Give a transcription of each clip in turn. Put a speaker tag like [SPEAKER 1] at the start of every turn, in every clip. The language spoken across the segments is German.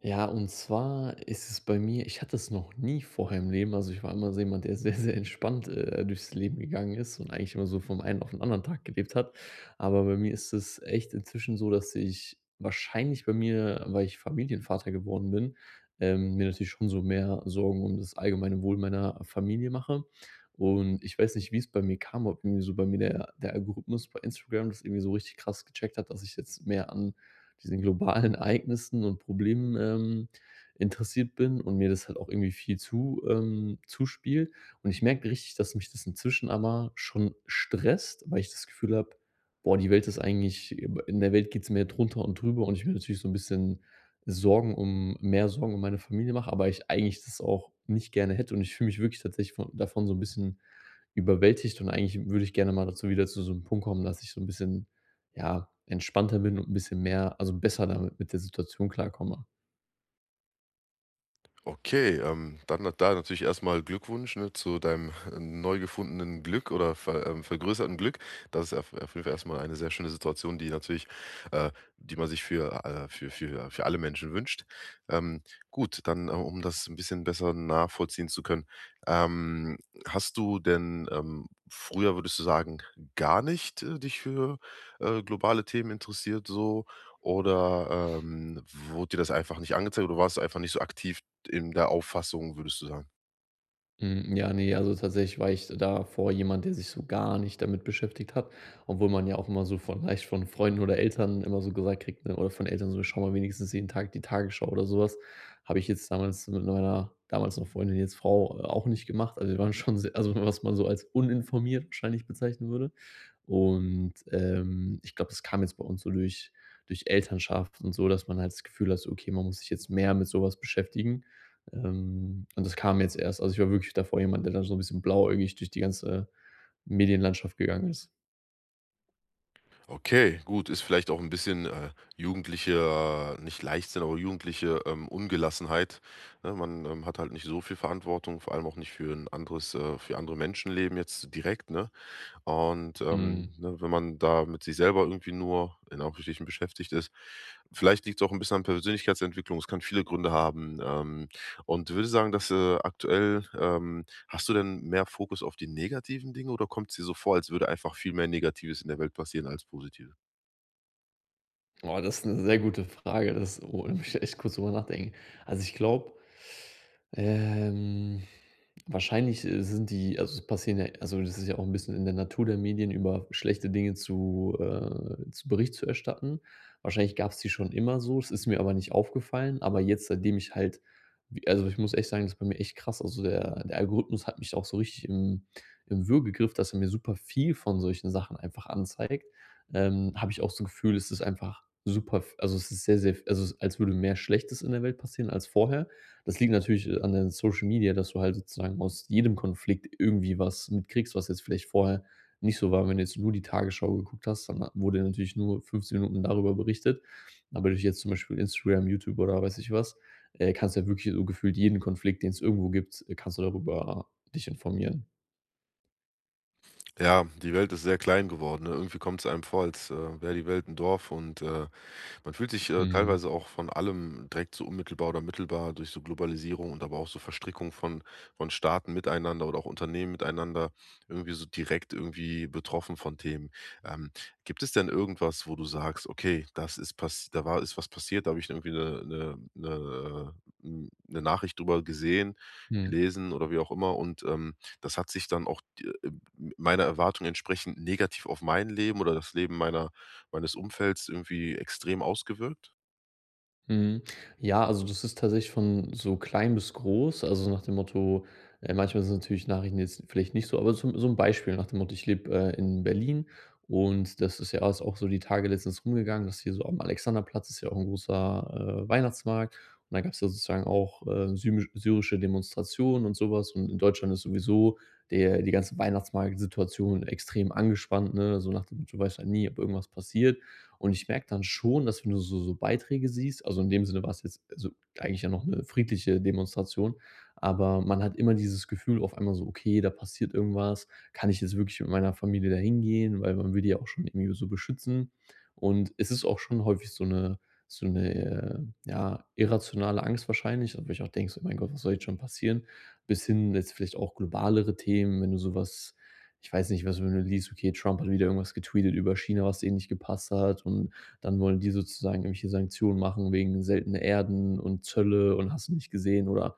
[SPEAKER 1] Ja, und zwar ist es bei mir, ich hatte es noch nie vorher im Leben. Also, ich war immer so jemand, der sehr, sehr entspannt, durchs Leben gegangen ist und eigentlich immer so vom einen auf den anderen Tag gelebt hat. Aber bei mir ist es echt inzwischen so, dass ich wahrscheinlich bei mir, weil ich Familienvater geworden bin, mir natürlich schon so mehr Sorgen um das allgemeine Wohl meiner Familie mache. Und ich weiß nicht, wie es bei mir kam, ob irgendwie so bei mir der Algorithmus bei Instagram das irgendwie so richtig krass gecheckt hat, dass ich jetzt mehr an diesen globalen Ereignissen und Problemen, interessiert bin und mir das halt auch irgendwie viel zu zuspielt. Und ich merke richtig, dass mich das inzwischen aber schon stresst, weil ich das Gefühl habe: „Boah, die Welt ist eigentlich, in der Welt geht's mir drunter und drüber“, und ich mir natürlich so ein bisschen Sorgen, um mehr Sorgen um meine Familie mache, aber ich eigentlich das auch nicht gerne hätte und ich fühle mich wirklich tatsächlich von davon so ein bisschen überwältigt und eigentlich würde ich gerne mal dazu wieder zu so einem Punkt kommen, dass ich so ein bisschen, ja, entspannter bin und ein bisschen mehr, also, besser damit, mit der Situation klarkomme.
[SPEAKER 2] Okay, dann da natürlich erstmal Glückwunsch, ne, zu deinem neu gefundenen Glück oder vergrößerten Glück. Das ist auf jeden Fall erst eine sehr schöne Situation, die natürlich äh, die man sich für alle Menschen wünscht. Ähm, gut, dann, um das ein bisschen besser nachvollziehen zu können, ähm, hast du denn, früher würdest du sagen, gar nicht, dich für, globale Themen interessiert so? Oder, wurde dir das einfach nicht angezeigt oder warst du einfach nicht so aktiv in der Auffassung, würdest du sagen?
[SPEAKER 1] Hm, ja, ne, also, tatsächlich war ich davor jemand, der sich so gar nicht damit beschäftigt hat, obwohl man ja auch immer so von, leicht von Freunden oder Eltern immer so gesagt kriegt, ne, oder von Eltern so: „Schau mal wenigstens jeden Tag die Tagesschau“ oder sowas. Habe ich jetzt damals mit meiner damals noch Freundin, jetzt Frau, auch nicht gemacht. Also, wir waren schon sehr, also, was man so als uninformiert wahrscheinlich bezeichnen würde. Und, ich glaube, das kam jetzt bei uns so durch Elternschaft und so, dass man halt das Gefühl hat, so: „Okay, man muss sich jetzt mehr mit sowas beschäftigen.“ Und das kam jetzt erst. Also, ich war wirklich davor jemand, der dann so ein bisschen blauäugig durch die ganze Medienlandschaft gegangen ist.
[SPEAKER 2] Okay, gut, ist vielleicht auch ein bisschen, jugendliche nicht Leichtsinn, aber jugendliche, Ungelassenheit, ne? Man, hat halt nicht so viel Verantwortung, vor allem auch nicht für ein anderes für andere Menschenleben jetzt direkt, ne? Und,
[SPEAKER 1] Mhm.
[SPEAKER 2] ne, wenn man da mit sich selber irgendwie nur in Anführungsstrichen beschäftigt ist, vielleicht liegt es auch ein bisschen an Persönlichkeitsentwicklung. Es kann viele Gründe haben, und würde sagen, dass, aktuell hast du denn mehr Fokus auf die negativen Dinge oder kommt's dir so vor, als würde einfach viel mehr Negatives in der Welt passieren als Positives?
[SPEAKER 1] Oh, das ist 'ne sehr gute Frage. Das, oh, da muss ich echt kurz drüber nachdenken. Also, ich glaube, ähm, wahrscheinlich, sind die, also, es passieren ja, also, das ist ja auch 'n bisschen in der Natur der Medien, über schlechte Dinge zu Bericht zu erstatten. Wahrscheinlich gab's die schon immer so, es ist mir aber nicht aufgefallen. Aber jetzt, seitdem ich halt w also, ich muss echt sagen, das ist bei mir echt krass. Also, der Algorithmus hat mich auch so richtig im Würgegriff, dass er mir super viel von solchen Sachen einfach anzeigt. Habe ich auch so 'n Gefühl, es ist einfach super, also, es ist sehr, sehr, also, als würde mehr Schlechtes in der Welt passieren als vorher. Das liegt natürlich, an den Social Media, dass du halt sozusagen aus jedem Konflikt irgendwie was mitkriegst, was jetzt vielleicht vorher nicht so war. Wenn du jetzt nur die Tagesschau geguckt hast, dann wurde natürlich nur 15 Minuten darüber berichtet. Aber durch jetzt zum Beispiel Instagram, YouTube oder weiß ich was, kannst du ja wirklich so gefühlt jeden Konflikt, den es irgendwo gibt, kannst du darüber dich informieren.
[SPEAKER 2] Ja, die Welt ist sehr klein geworden, ne? Irgendwie kommt es einem vor, als, wäre die Welt ein Dorf und, man fühlt sich,
[SPEAKER 1] Mhm.
[SPEAKER 2] teilweise auch von allem direkt so unmittelbar oder mittelbar durch so Globalisierung und aber auch so Verstrickung von Staaten miteinander oder auch Unternehmen miteinander irgendwie so direkt irgendwie betroffen von Themen. Ähm, Gibt es denn irgendwas, wo du sagst: „Okay, das ist passiert, da war ist was passiert, da habe ich irgendwie eine 'ne, 'ne Nachricht drüber gesehen,
[SPEAKER 1] Mhm.
[SPEAKER 2] gelesen oder wie auch immer und, das hat sich dann auch d meiner Erwartung entsprechend negativ auf mein Leben oder das Leben meiner meines Umfelds irgendwie extrem ausgewirkt?
[SPEAKER 1] Mhm. Ja, also das ist tatsächlich von so klein bis groß. Also nach dem Motto, manchmal sind natürlich Nachrichten jetzt vielleicht nicht so, aber so, so ein Beispiel nach dem Motto, ich lebe in Berlin und das ist ja, ist auch so die Tage letztens rumgegangen, dass hier so am Alexanderplatz ist ja auch ein großer Weihnachtsmarkt und da gab es ja sozusagen auch syrische Demonstrationen und sowas und in Deutschland ist sowieso der, die ganze Weihnachtsmarktsituation extrem angespannt, ne? So nach dem Motto, du weißt ja nie, ob irgendwas passiert. Und ich merke dann schon, dass wenn du so so Beiträge siehst, also in dem Sinne war es jetzt, also eigentlich ja noch eine friedliche Demonstration, aber man hat immer dieses Gefühl auf einmal so: „Okay, da passiert irgendwas. Kann ich jetzt wirklich mit meiner Familie da hingehen?“ Weil man will die ja auch schon irgendwie so beschützen. Und es ist auch schon häufig so eine, so 'ne, ja, irrationale Angst wahrscheinlich, wo ich auch denke so: „Mein Gott, was soll jetzt schon passieren?“ Bis hin jetzt vielleicht auch globalere Themen, wenn du sowas, ich weiß nicht, was, wenn du liest, okay, Trump hat wieder irgendwas getweetet über China, was denen nicht gepasst hat und dann wollen die sozusagen irgendwelche Sanktionen machen wegen seltener Erden und Zölle und hast du nicht gesehen, oder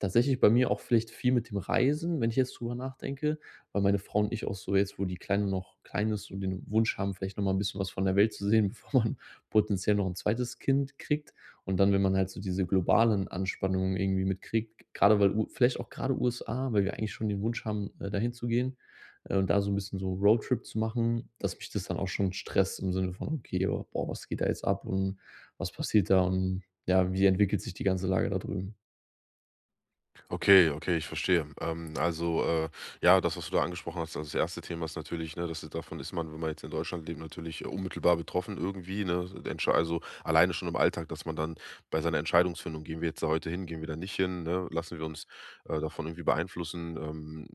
[SPEAKER 1] tatsächlich bei mir auch vielleicht viel mit dem Reisen, wenn ich jetzt drüber nachdenke, weil meine Frau und ich auch so jetzt, wo die Kleine noch klein ist und den Wunsch haben, vielleicht noch mal 'n bisschen was von der Welt zu sehen, bevor man potenziell noch ein zweites Kind kriegt, und dann, wenn man halt so diese globalen Anspannungen irgendwie mitkriegt, gerade weil, U vielleicht auch grade USA, weil wir eigentlich schon den Wunsch haben, dahin zu gehen, und da so ein bisschen so Roadtrip zu machen, dass mich das dann auch schon stresst im Sinne von: „Okay, oh, boah, was geht da jetzt ab und was passiert da und ja, wie entwickelt sich die ganze Lage da drüben?“
[SPEAKER 2] Okay, okay, ich verstehe. Also, ja, das, was du da angesprochen hast, also das erste Thema ist natürlich, ne, dass davon ist man, wenn man jetzt in Deutschland lebt, natürlich unmittelbar betroffen irgendwie, ne? Also alleine schon im Alltag, dass man dann bei seiner Entscheidungsfindung, gehen wir jetzt da heute hin, gehen wir da nicht hin, ne? Lassen wir uns davon irgendwie beeinflussen.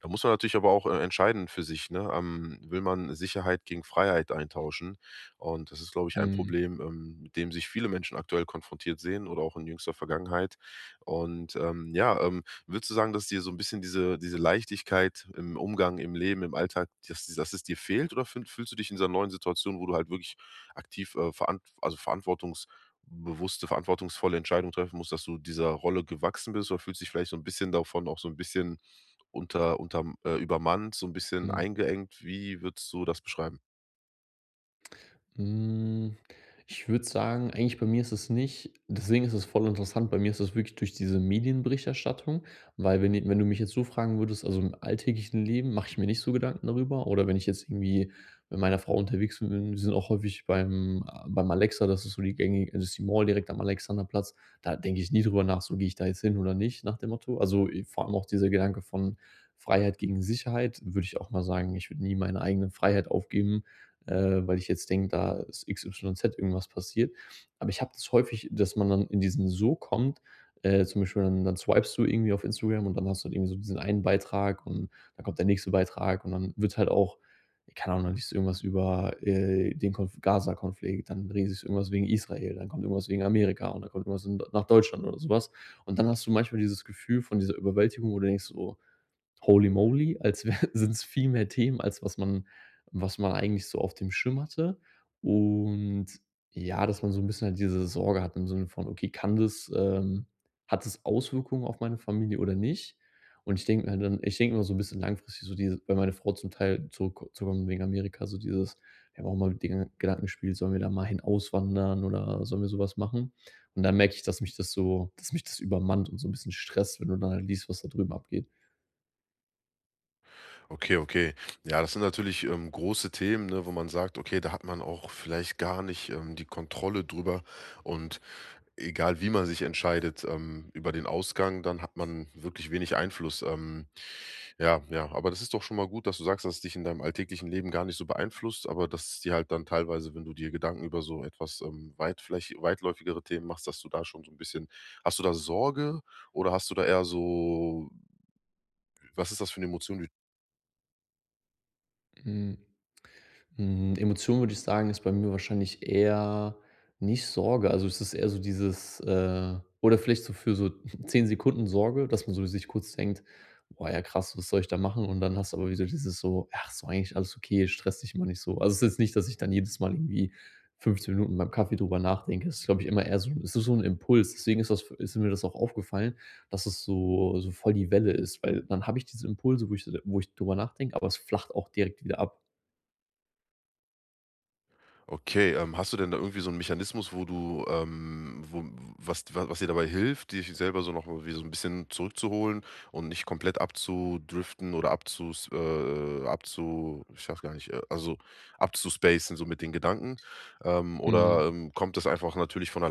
[SPEAKER 2] Da muss man natürlich aber auch entscheiden für sich, ne? Will man Sicherheit gegen Freiheit eintauschen? Und das ist, glaube ich, ein
[SPEAKER 1] Mhm,
[SPEAKER 2] Problem, mit dem sich viele Menschen aktuell konfrontiert sehen oder auch in jüngster Vergangenheit. Und, ja, würdest du sagen, dass dir so ein bisschen diese Leichtigkeit im Umgang, im Leben, im Alltag, dass es dir fehlt oder fühlst du dich in dieser neuen Situation, wo du halt wirklich aktiv, verant also, verantwortungsbewusste, verantwortungsvolle Entscheidungen treffen musst, dass du dieser Rolle gewachsen bist oder fühlst du dich vielleicht so ein bisschen davon auch so ein bisschen unter übermannt, so ein bisschen
[SPEAKER 1] mhm.
[SPEAKER 2] eingeengt? Wie würdest du das beschreiben?
[SPEAKER 1] Hm, ich würde sagen, eigentlich bei mir ist es nicht, deswegen ist es voll interessant. Bei mir ist es wirklich durch diese Medienberichterstattung, weil wenn du mich jetzt so fragen würdest, also, im alltäglichen Leben mache ich mir nicht so Gedanken darüber, oder wenn ich jetzt irgendwie mit meiner Frau unterwegs bin, wir sind auch häufig beim beim Alexa, das ist so die gängige, das ist die Mall direkt am Alexanderplatz. Da denke ich nie drüber nach, so gehe ich da jetzt hin oder nicht nach dem Motto. Also, vor allem auch dieser Gedanke von Freiheit gegen Sicherheit, würde ich auch mal sagen, ich würde nie meine eigene Freiheit aufgeben, weil ich jetzt denke, da ist X, Y, Z irgendwas passiert. Aber ich habe das häufig, dass man dann in diesen So kommt, zum Beispiel dann, swipest du irgendwie auf Instagram und dann hast du halt irgendwie so diesen einen Beitrag und dann kommt der nächste Beitrag und dann wird halt auch, keine Ahnung, dann liest du irgendwas über den Konf Gaza-Konflikt, dann liest du irgendwas wegen Israel, dann kommt irgendwas wegen Amerika und dann kommt irgendwas in, nach Deutschland oder sowas. Und dann hast du manchmal dieses Gefühl von dieser Überwältigung, wo du denkst, so, Holy moly, als sind es viel mehr Themen, als was man, eigentlich so auf dem Schirm hatte. Und ja, dass man so ein bisschen halt diese Sorge hat im Sinne von: „Okay, kann das, hat das Auswirkungen auf meine Familie oder nicht?“ Und ich denke mir halt dann, ich denke immer so ein bisschen langfristig so diese, weil meine Frau zum Teil zurückzukommen wegen Amerika, so dieses, wir haben auch mal mit den Gedanken gespielt: „Sollen wir da mal hin auswandern oder sollen wir sowas machen?“ Und dann merke ich, dass mich das so, dass mich das übermannt und so ein bisschen stresst, wenn du dann halt liest, was da drüben abgeht.
[SPEAKER 2] Okay, okay. Ja, das sind natürlich, große Themen, ne, wo man sagt: „Okay, da hat man auch vielleicht gar nicht, die Kontrolle drüber.“ Und egal, wie man sich entscheidet, über den Ausgang, dann hat man wirklich wenig Einfluss. Ja, ja, aber das ist doch schon mal gut, dass du sagst, dass es dich in deinem alltäglichen Leben gar nicht so beeinflusst, aber dass es dir halt dann teilweise, wenn du dir Gedanken über so etwas, weit vielleicht weitläufigere Themen machst, dass du da schon so ein bisschen, hast du da Sorge oder hast du da eher so, was ist das für eine Emotion, die?
[SPEAKER 1] Mhm. Hm, Emotion würde ich sagen, ist bei mir wahrscheinlich eher nicht Sorge. Also, es ist eher so dieses oder vielleicht so für so 10 Sekunden Sorge, dass man so sich kurz denkt: „Boah, ja krass, was soll ich da machen?“ Und dann hast du aber wieder dieses so: „Ach, ist doch eigentlich alles okay, stress dich mal nicht so.“ Also, es ist jetzt nicht, dass ich dann jedes Mal irgendwie 15 Minuten beim Kaffee drüber nachdenke. Es ist, glaube ich, immer eher so, es ist so ein Impuls. Deswegen ist das, ist mir das auch aufgefallen, dass es so so voll die Welle ist, weil dann habe ich diese Impulse, wo ich so, wo ich drüber nachdenke, aber es flacht auch direkt wieder ab.
[SPEAKER 2] Okay, hast du denn da irgendwie so einen Mechanismus, wo du, wo was dir dabei hilft, dich selber so noch mal wie so ein bisschen zurückzuholen und nicht komplett abzudriften oder abzus abzu ich weiß gar nicht, also abzuspacen so mit den Gedanken? Oder,
[SPEAKER 1] Mhm.
[SPEAKER 2] kommt das einfach natürlich von?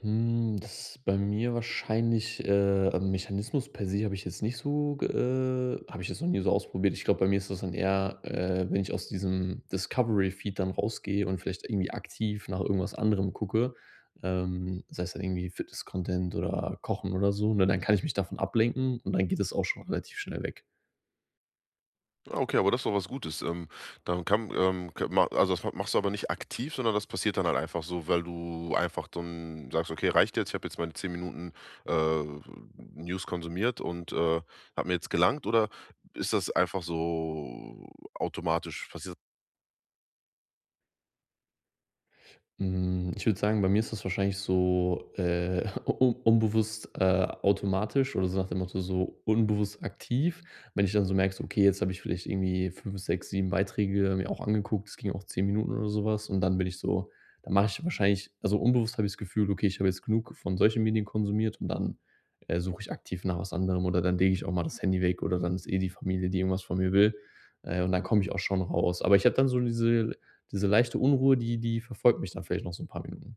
[SPEAKER 1] Hm, das ist bei mir wahrscheinlich, am Mechanismus per se habe ich jetzt nicht so ge habe ich jetzt noch nie so ausprobiert. Ich glaube, bei mir ist das dann eher, wenn ich aus diesem Discovery-Feed dann rausgehe und vielleicht irgendwie aktiv nach irgendwas anderem gucke, sei es dann irgendwie Fitness-Content oder Kochen oder so, ne, dann kann ich mich davon ablenken und dann geht es auch schon relativ schnell weg.
[SPEAKER 2] Ah, okay, aber das ist doch was Gutes. Dann kann ka ma also, das machst du aber nicht aktiv, sondern das passiert dann halt einfach so, weil du einfach dann sagst: „Okay, reicht jetzt. Ich habe jetzt meine 10 Minuten, äh, News konsumiert und, hat mir jetzt gelangt.“ Oder ist das einfach so automatisch passiert?
[SPEAKER 1] Hm, ich würde sagen, bei mir ist das wahrscheinlich so, un unbewusst, automatisch oder so nach dem Motto, so unbewusst aktiv. Wenn ich dann so merke, so: „Okay, jetzt habe ich vielleicht irgendwie 5, 6, 7 Beiträge mir auch angeguckt.“ Das ging auch 10 Minuten oder sowas und dann bin ich so, dann mache ich wahrscheinlich, also, unbewusst habe ich das Gefühl: „Okay, ich habe jetzt genug von solchen Medien konsumiert“, und dann, suche ich aktiv nach was anderem oder dann lege ich auch mal das Handy weg oder dann ist eh die Familie, die irgendwas von mir will, und dann komme ich auch schon raus. Aber ich habe dann so diese, leichte Unruhe, die, verfolgt mich dann vielleicht noch so ein paar Minuten.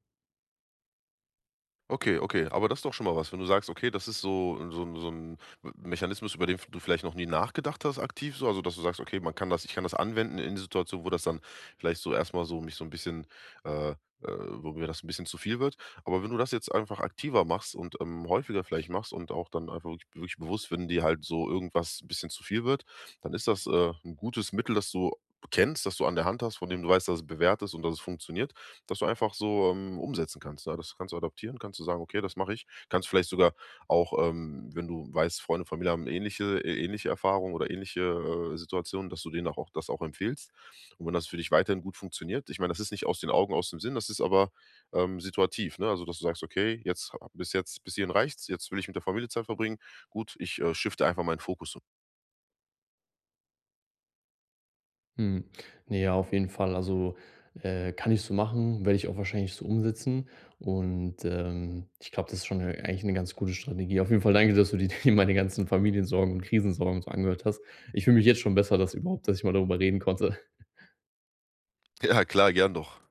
[SPEAKER 2] Okay, okay, aber das ist doch schon mal was, wenn du sagst: „Okay, das ist so 'n Mechanismus, über den du vielleicht noch nie nachgedacht hast aktiv so.“ Also, dass du sagst: „Okay, man kann das ich kann das anwenden in Situationen, wo das dann vielleicht so erst mal so mich so 'n bisschen, äh äh wo mir das 'n bisschen zu viel wird.“ Aber wenn du das jetzt einfach aktiver machst und, häufiger vielleicht machst und auch dann einfach wirklich bewusst, wenn dir halt so irgendwas 'n bisschen zu viel wird, dann ist das, 'n gutes Mittel, das du kennst, das du an der Hand hast, von dem du weißt, dass es bewährt ist und dass es funktioniert. Dass du einfach so, umsetzen kannst, ne? Das kannst du adaptieren, kannst du sagen: „Okay, das mache ich.“ Kannst vielleicht sogar auch, wenn du weißt, Freunde, Familie haben ähnliche ähnliche Erfahrungen oder ähnliche, Situationen, dass du denen auch das auch empfiehlst. Und wenn das für dich weiterhin gut funktioniert, ich meine, das ist nicht aus den Augen, aus dem Sinn, das ist aber, situativ, ne? Also, dass du sagst: „Okay, jetzt bis hierhin reicht's. Jetzt will ich mit der Familie Zeit verbringen. Gut, ich, shifte einfach meinen Fokus um.“
[SPEAKER 1] Mhm. Ne, ja, auf jeden Fall. Also, kann ich so machen, werde ich auch wahrscheinlich so umsetzen, und, ich glaube, das ist schon 'ne, eigentlich eine ganz gute Strategie. Auf jeden Fall danke, dass du dir meine ganzen Familiensorgen und Krisensorgen so angehört hast. Ich fühle mich jetzt schon besser, dass überhaupt, dass ich mal darüber reden konnte.
[SPEAKER 2] Ja, klar, gern doch.